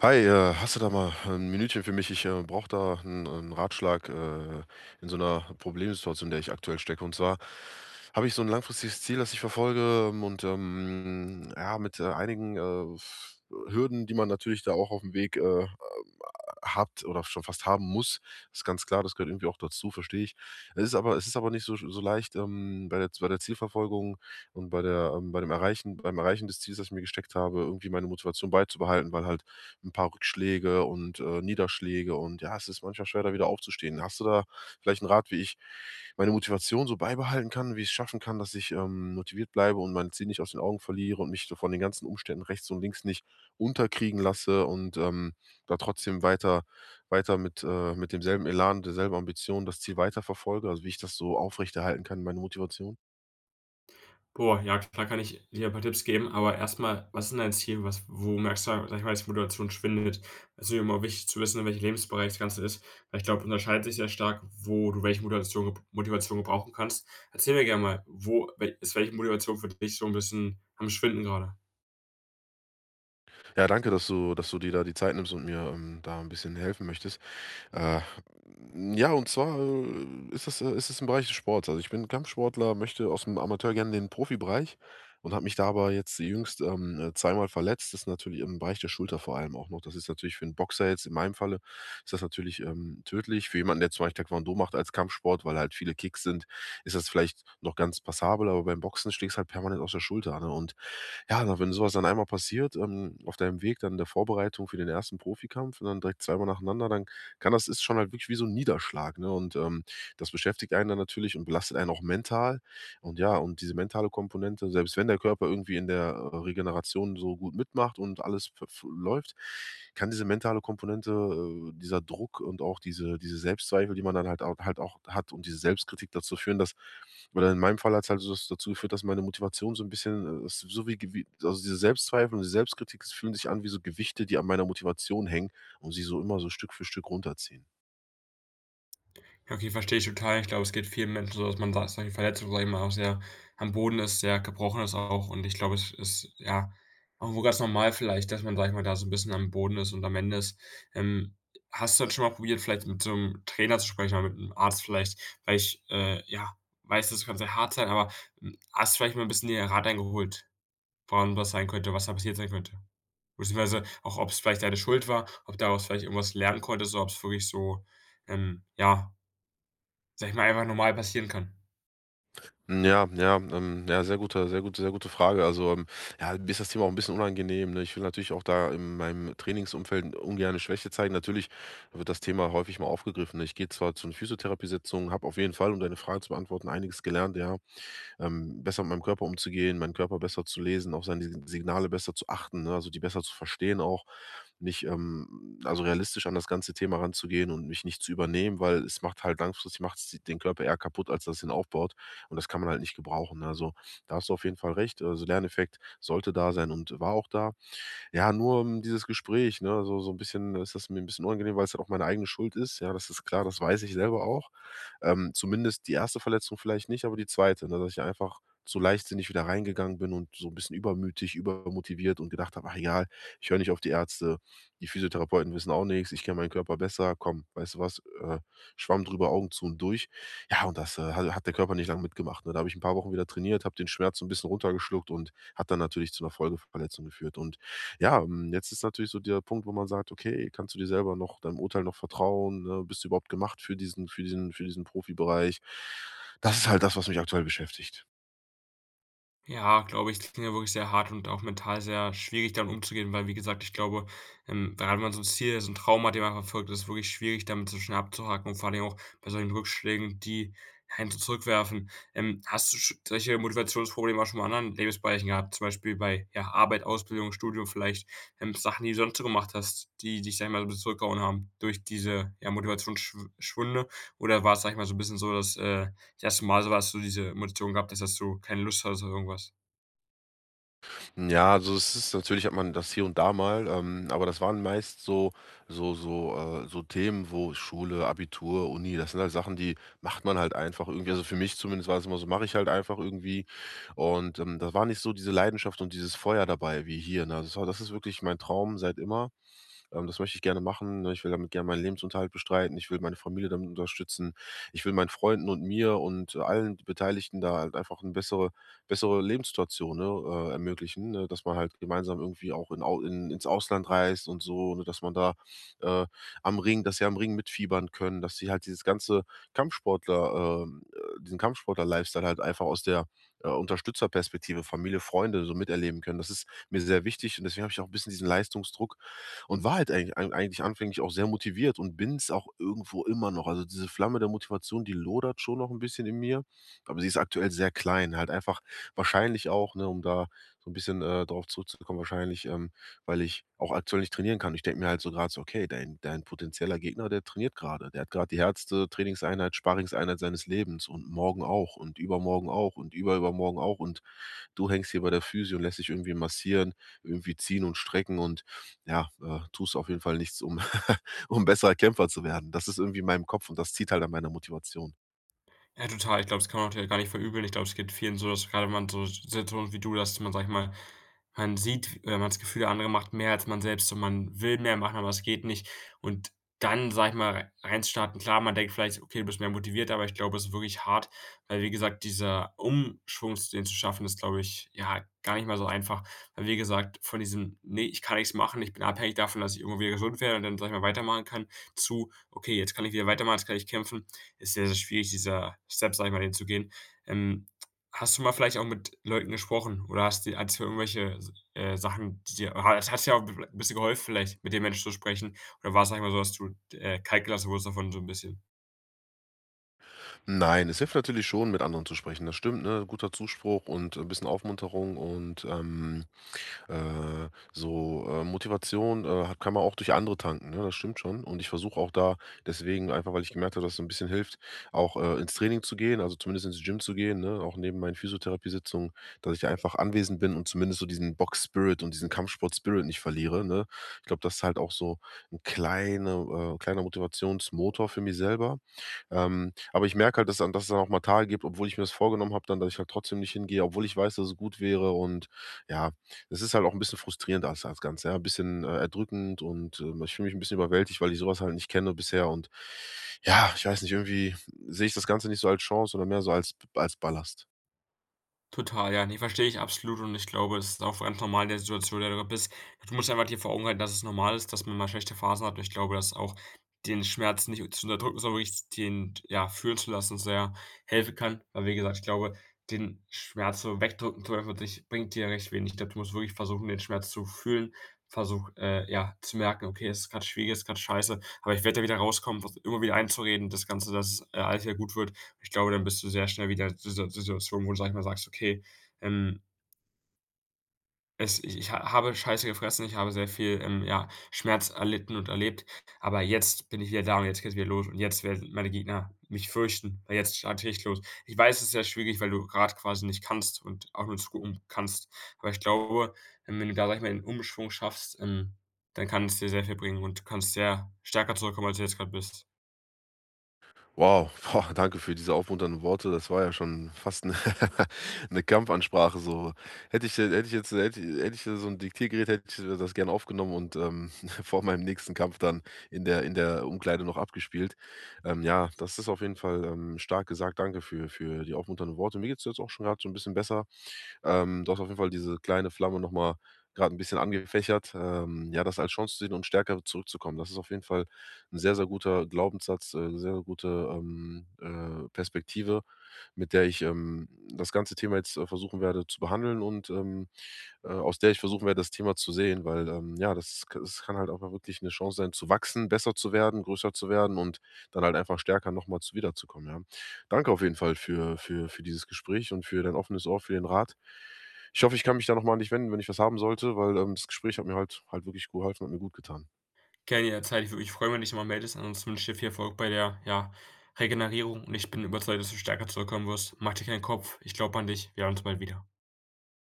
Hi, hast du da mal ein Minütchen für mich? Ich brauche da einen 'n Ratschlag, in so einer Problemsituation, in der ich aktuell stecke. Und zwar habe ich so ein langfristiges Ziel, das ich verfolge, ja, mit, einigen, Hürden, die man natürlich da auch auf dem Weg, hat oder schon fast haben muss. Ist ganz klar, das gehört irgendwie auch dazu, verstehe ich. Es ist aber nicht so leicht, bei der Zielverfolgung und bei der beim Erreichen des Ziels, das ich mir gesteckt habe, irgendwie meine Motivation beizubehalten, weil halt ein paar Rückschläge und, Niederschläge und ja, es ist manchmal schwer, da wieder aufzustehen. Hast du da vielleicht einen Rat, wie ich meine Motivation so beibehalten kann, wie ich's schaffen kann, dass ich motiviert bleibe und mein Ziel nicht aus den Augen verliere und mich so von den ganzen Umständen rechts und links nicht unterkriegen lasse und da trotzdem weiter mit demselben Elan, derselben Ambition das Ziel weiterverfolge, also, wie ich das so aufrechterhalten kann, meine Motivation? Boah, ja, klar kann ich dir ein paar Tipps geben, aber erstmal, was ist denn dein Ziel? Was wo merkst du, sage ich mal, dass die Motivation schwindet? Es ist mir immer wichtig zu wissen, in welchem Lebensbereich das Ganze ist, weil ich glaube, unterscheidet sich sehr stark, wo du welche Motivation gebrauchen kannst. Erzähl mir gerne mal, wo wel ist welche Motivation für dich so ein bisschen am Schwinden gerade? Ja, danke, dass du dir da die Zeit nimmst und mir da ein bisschen helfen möchtest. Äh, ja, und zwar, ist es im Bereich des Sports. Also, ich bin Kampfsportler, möchte aus dem Amateur gerne den Profibereich und habe mich da aber jetzt jüngst, zweimal verletzt. Das ist natürlich im Bereich der Schulter vor allem auch noch. Das ist natürlich für 'n Boxer jetzt in meinem Falle ist das natürlich, tödlich. Für jemanden, der zum Beispiel Taekwondo macht als Kampfsport, weil halt viele Kicks sind, ist das vielleicht noch ganz passabel, aber beim Boxen schlägst halt permanent aus der Schulter, ne? Und ja, na, wenn so was dann einmal passiert, auf deinem Weg dann der Vorbereitung für den ersten Profikampf und dann direkt zweimal nacheinander, dann kann das ist schon halt wirklich wie so ein Niederschlag, ne? Das beschäftigt einen dann natürlich und belastet einen auch mental. Und ja, und diese mentale Komponente, selbst wenn der Körper irgendwie in der Regeneration so gut mitmacht und alles f f läuft, kann diese mentale Komponente, dieser Druck und auch diese Selbstzweifel, die man dann halt auch hat und diese Selbstkritik dazu führen, dass oder in meinem Fall hat es halt so das dazu geführt, dass meine Motivation so ein bisschen, s so wie gewi also diese Selbstzweifel und die Selbstkritik, es fühlen sich an wie so Gewichte, die an meiner Motivation hängen und sie so immer so Stück für Stück runterziehen. Ja, okay, verstehe ich total. Ich glaube, es geht vielen Menschen so, dass man sagt, solche Verletzungen, sage ich mal, auch sehr am Boden ist, sehr gebrochen ist auch. Und ich glaube, es ist ja irgendwo ganz normal vielleicht, dass man, sage ich mal, da so ein bisschen am Boden ist und am Ende ist. Ähm, Hast du denn schon mal probiert, vielleicht mit so einem Trainer zu sprechen oder mit einem Arzt vielleicht? Weil ich, ja, weiß, das kann sehr hart sein, aber, hast du vielleicht mal ein bisschen dir Rat eingeholt, woran das sein könnte, was da passiert sein könnte? Beziehungsweise auch, ob es vielleicht deine Schuld war, ob daraus vielleicht irgendwas lernen konntest oder ob es wirklich so, ähm, ja sage ich mal, einfach normal passieren kann. Ja, sehr gute Frage. Ja, mir ist das Thema auch ein bisschen unangenehm, ne? Ich will natürlich auch da in meinem Trainingsumfeld ungerne Schwäche zeigen. Natürlich wird das Thema häufig mal aufgegriffen, ne? Ich gehe zwar zu 'ner Physiotherapiesitzung, habe auf jeden Fall, um deine Frage zu beantworten, einiges gelernt, ja, besser mit meinem Körper umzugehen, meinen Körper besser zu lesen, auf seine Signale besser zu achten, ne? Also die besser zu verstehen auch, nicht also realistisch an das ganze Thema ranzugehen und mich nicht zu übernehmen, weil es macht halt langfristig macht's die- den Körper eher kaputt, als dass es ihn aufbaut und das kann man halt nicht gebrauchen. Ne? Also da hast du auf jeden Fall recht, also Lerneffekt sollte da sein und war auch da. Ja, nur, dieses Gespräch, ne? So so 'n bisschen ist das mir ein bisschen unangenehm, weil es halt auch meine eigene Schuld ist. Ja, das ist klar, das weiß ich selber auch. Zumindest die erste Verletzung vielleicht nicht, aber die zweite, ne, dass ich einfach so leichtsinnig wieder reingegangen bin und so ein bisschen übermütig, übermotiviert und gedacht habe: „Ach egal, ich höre nicht auf die Ärzte, die Physiotherapeuten wissen auch nichts. Ich kenne meinen Körper besser. Komm, weißt du was, Schwamm drüber, Augen zu und durch.“ Ja, und das, ha hat der Körper nicht lange mitgemacht, ne? Da habe ich ein paar Wochen wieder trainiert, habe den Schmerz so 'n bisschen runtergeschluckt und hat dann natürlich zu 'ner Folgeverletzung geführt und ja, hm, jetzt ist natürlich so der Punkt, wo man sagt: „Okay, kannst du dir selber noch deinem Urteil noch vertrauen, ne? Bist du überhaupt gemacht für diesen Profibereich?“ Das ist halt das, was mich aktuell beschäftigt. Ja, glaube ich, das klingt ja wirklich sehr hart und auch mental sehr schwierig, damit umzugehen, weil, wie gesagt, ich glaube, gerade wenn man so ein Ziel so ein Traum hat, den man verfolgt, ist es wirklich schwierig, damit so schnell abzuhaken und vor allen Dingen auch bei solchen Rückschlägen, die einen so zurückwerfen. Hast du sch solche Motivationsprobleme auch schon mal in anderen Lebensbereichen gehabt, zum Beispiel bei, ja, Arbeit, Ausbildung, Studium vielleicht, Sachen, die du sonst so gemacht hast, die dich, sage ich mal, so ein bisschen zurückgehauen haben durch diese, ja, Motivationsschw schwünde? Oder war's, sage ich mal, so ein bisschen so, dass, das erste Mal so was so diese Motivation gehabt, dass das so keine Lust hatte oder irgendwas. Ja, also es ist natürlich hat man das hier und da mal, aber das waren meist so Themen, wo Schule, Abitur, Uni, das sind halt Sachen, die macht man halt einfach irgendwie. Also für mich zumindest war es immer so, mache ich halt einfach irgendwie und da war nicht so diese Leidenschaft und dieses Feuer dabei wie hier, ne? Also, das war das ist wirklich mein Traum seit immer. Das möchte ich gerne machen. Ne? Ich will damit gerne meinen Lebensunterhalt bestreiten. Ich will meine Familie damit unterstützen. Ich will meinen Freunden und mir und allen Beteiligten da halt einfach eine bessere Lebenssituation, ne, ermöglichen, ne? Dass man halt gemeinsam irgendwie auch ins Ausland reist und so, ne? Dass man da äh, am Ring mitfiebern können, dass sie halt dieses ganze diesen Kampfsportler-Lifestyle halt einfach aus der Unterstützerperspektive, Familie, Freunde so miterleben können. Das ist mir sehr wichtig und deswegen habe ich auch ein bisschen diesen Leistungsdruck, und war halt eigentlich anfänglich auch sehr motiviert und bin es auch irgendwo immer noch. Also, diese Flamme der Motivation, die lodert schon noch ein bisschen in mir, aber sie ist aktuell sehr klein, halt einfach wahrscheinlich auch, ne, um da so ein bisschen, drauf zurückzukommen, wahrscheinlich, weil ich auch aktuell nicht trainieren kann. Ich denke mir halt so gerade so: „Okay, dein potenzieller Gegner, der hat gerade die härteste Trainingseinheit, Sparringseinheit seines Lebens und morgen auch und übermorgen auch und überübermorgen auch und du hängst hier bei der Physio und lässt dich irgendwie massieren, irgendwie ziehen und strecken und ja, tust auf jeden Fall nichts, um, um besserer Kämpfer zu werden. Das ist irgendwie in meinem Kopf und das zieht halt an meiner Motivation.“ Ja, total. Ich glaube, das kann man natürlich gar nicht verübeln. Ich glaube, es geht vielen so, dass gerade man so Situationen wie du, dass man, sag ich mal, man sieht oder man hat das Gefühl, der andere macht mehr als man selbst und man will mehr machen, aber es geht nicht. Und dann, sag ich mal, reinstarten. Klar, man denkt vielleicht: „Okay, du bist mehr motiviert“, aber ich glaube, es ist wirklich hart, weil, wie gesagt, dieser Umschwung, den zu schaffen, ist, glaube ich, ja, gar nicht mal so einfach. Weil, wie gesagt, von diesem: „Nee, ich kann nichts machen, ich bin abhängig davon, dass ich irgendwo wieder gesund werde und dann, sag ich mal, weitermachen kann“, zu: „Okay, jetzt kann ich wieder weitermachen, jetzt kann ich kämpfen.“ ist sehr, sehr schwierig, dieser Step, sage ich mal, den zu gehen. Ähm, Hast du mal vielleicht auch mit Leuten gesprochen oder hast du irgendwelche, Sachen, die dir ha hat's ja auch 'n bisschen geholfen vielleicht, mit dem Menschen zu sprechen oder war's, sage ich mal, so, dass du, kalt gelassen wurdest davon so ein bisschen? Nein, es hilft natürlich schon, mit anderen zu sprechen. Das stimmt, ne? Guter Zuspruch und ein bisschen Aufmunterung und Motivation, hat kann man auch durch andere tanken, ne? Das stimmt schon. Und ich versuche auch da deswegen einfach, weil ich gemerkt habe, dass es so ein bisschen hilft, auch, ins Training zu gehen, also zumindest ins Gym zu gehen, ne, auch neben meinen Physiotherapiesitzungen, dass ich da einfach anwesend bin und zumindest so diesen Box-Spirit und diesen Kampfsport-Spirit nicht verliere, ne? Ich glaube, das ist halt auch so ein kleiner kleiner Motivationsmotor für mich selber. Aber ich merke halt, dass es dann auch mal Tage gibt, obwohl ich mir das vorgenommen habe dann, dass ich halt trotzdem nicht hingehe, obwohl ich weiß, dass es gut wäre und ja, es ist halt auch ein bisschen frustrierend als als Ganze, ja, ein bisschen, erdrückend und, ich fühle mich ein bisschen überwältigt, weil ich sowas halt nicht kenne bisher und ja, ich weiß nicht, irgendwie sehe ich das Ganze nicht so als Chance, sondern mehr so als als Ballast. Total, ja, ne, verstehe ich absolut und ich glaube, es ist auch ganz normal in der Situation, in der du bist. Du musst einfach dir vor Augen halten, dass es normal ist, dass man mal schlechte Phasen hat und ich glaube, dass auch den Schmerz nicht zu unterdrücken, sondern wirklich den, ja, fühlen zu lassen, sehr helfen kann. Weil, wie gesagt, ich glaube, den Schmerz so wegdrücken zu einfach dich bringt dir recht wenig. Ich glaube, du musst wirklich versuchen, den Schmerz zu fühlen, versuch, ja, zu merken: „Okay, es ist gerade schwierig, es ist gerade scheiße, aber ich werde da wieder rauskommen“, immer wieder einzureden, das Ganze, dass es, alles wieder gut wird. Ich glaube, dann bist du sehr schnell wieder in dieser Situation, wo du, sag ich mal, sagst: „Okay, ähm, es ich ich ha habe Scheiße gefressen, ich habe sehr viel, ja, Schmerz erlitten und erlebt, aber jetzt bin ich wieder da und jetzt geht's wieder los und jetzt werden meine Gegner mich fürchten, weil jetzt starte ich los.“ Ich weiß, es ist sehr schwierig, weil du gerade quasi nicht kannst und auch nur zugucken kannst. Aber ich glaube, wenn du da, sag ich mal, den Umschwung schaffst, dann kann es dir sehr viel bringen und du kannst sehr stärker zurückkommen, als du jetzt gerade bist. Wow, boah, danke für diese aufmunternden Worte. Das war ja schon fast eine 'ne Kampfansprache so. Hätte ich so ein Diktiergerät, hätte ich das gern aufgenommen und, vor meinem nächsten Kampf dann in der Umkleide noch abgespielt. Ja, das ist auf jeden Fall, stark gesagt. Danke für die aufmunternden Worte. Mir geht's jetzt auch schon gerade so ein bisschen besser. Du hast auf jeden Fall diese kleine Flamme noch mal grad 'n bisschen angefächert. Ja, das als Chance zu sehen und stärker zurückzukommen. Das ist auf jeden Fall ein sehr, sehr guter Glaubenssatz, sehr gute, Perspektive, mit der ich das ganze Thema jetzt, versuchen werde zu behandeln und aus der ich versuchen werde, das Thema zu sehen, weil, ja, das kann halt auch mal wirklich eine Chance sein, zu wachsen, besser zu werden, größer zu werden und dann halt einfach stärker nochmal zu wiederzukommen, ja. Danke auf jeden Fall für dieses Gespräch und für dein offenes Ohr, für den Rat. Ich hoffe, ich kann mich da nochmal an dich wenden, wenn ich was haben sollte, weil, das Gespräch hat mir halt wirklich geholfen, hat mir gut getan. Gerne jederzeit. Ich würde mich freuen, wenn du dich nochmal meldest. Ansonsten wünsche ich dir viel Erfolg bei der, ja, Regenerierung und ich bin überzeugt, dass du stärker zurückkommen wirst. Mach dir keinen Kopf. Ich glaube an dich. Wir hören uns bald wieder.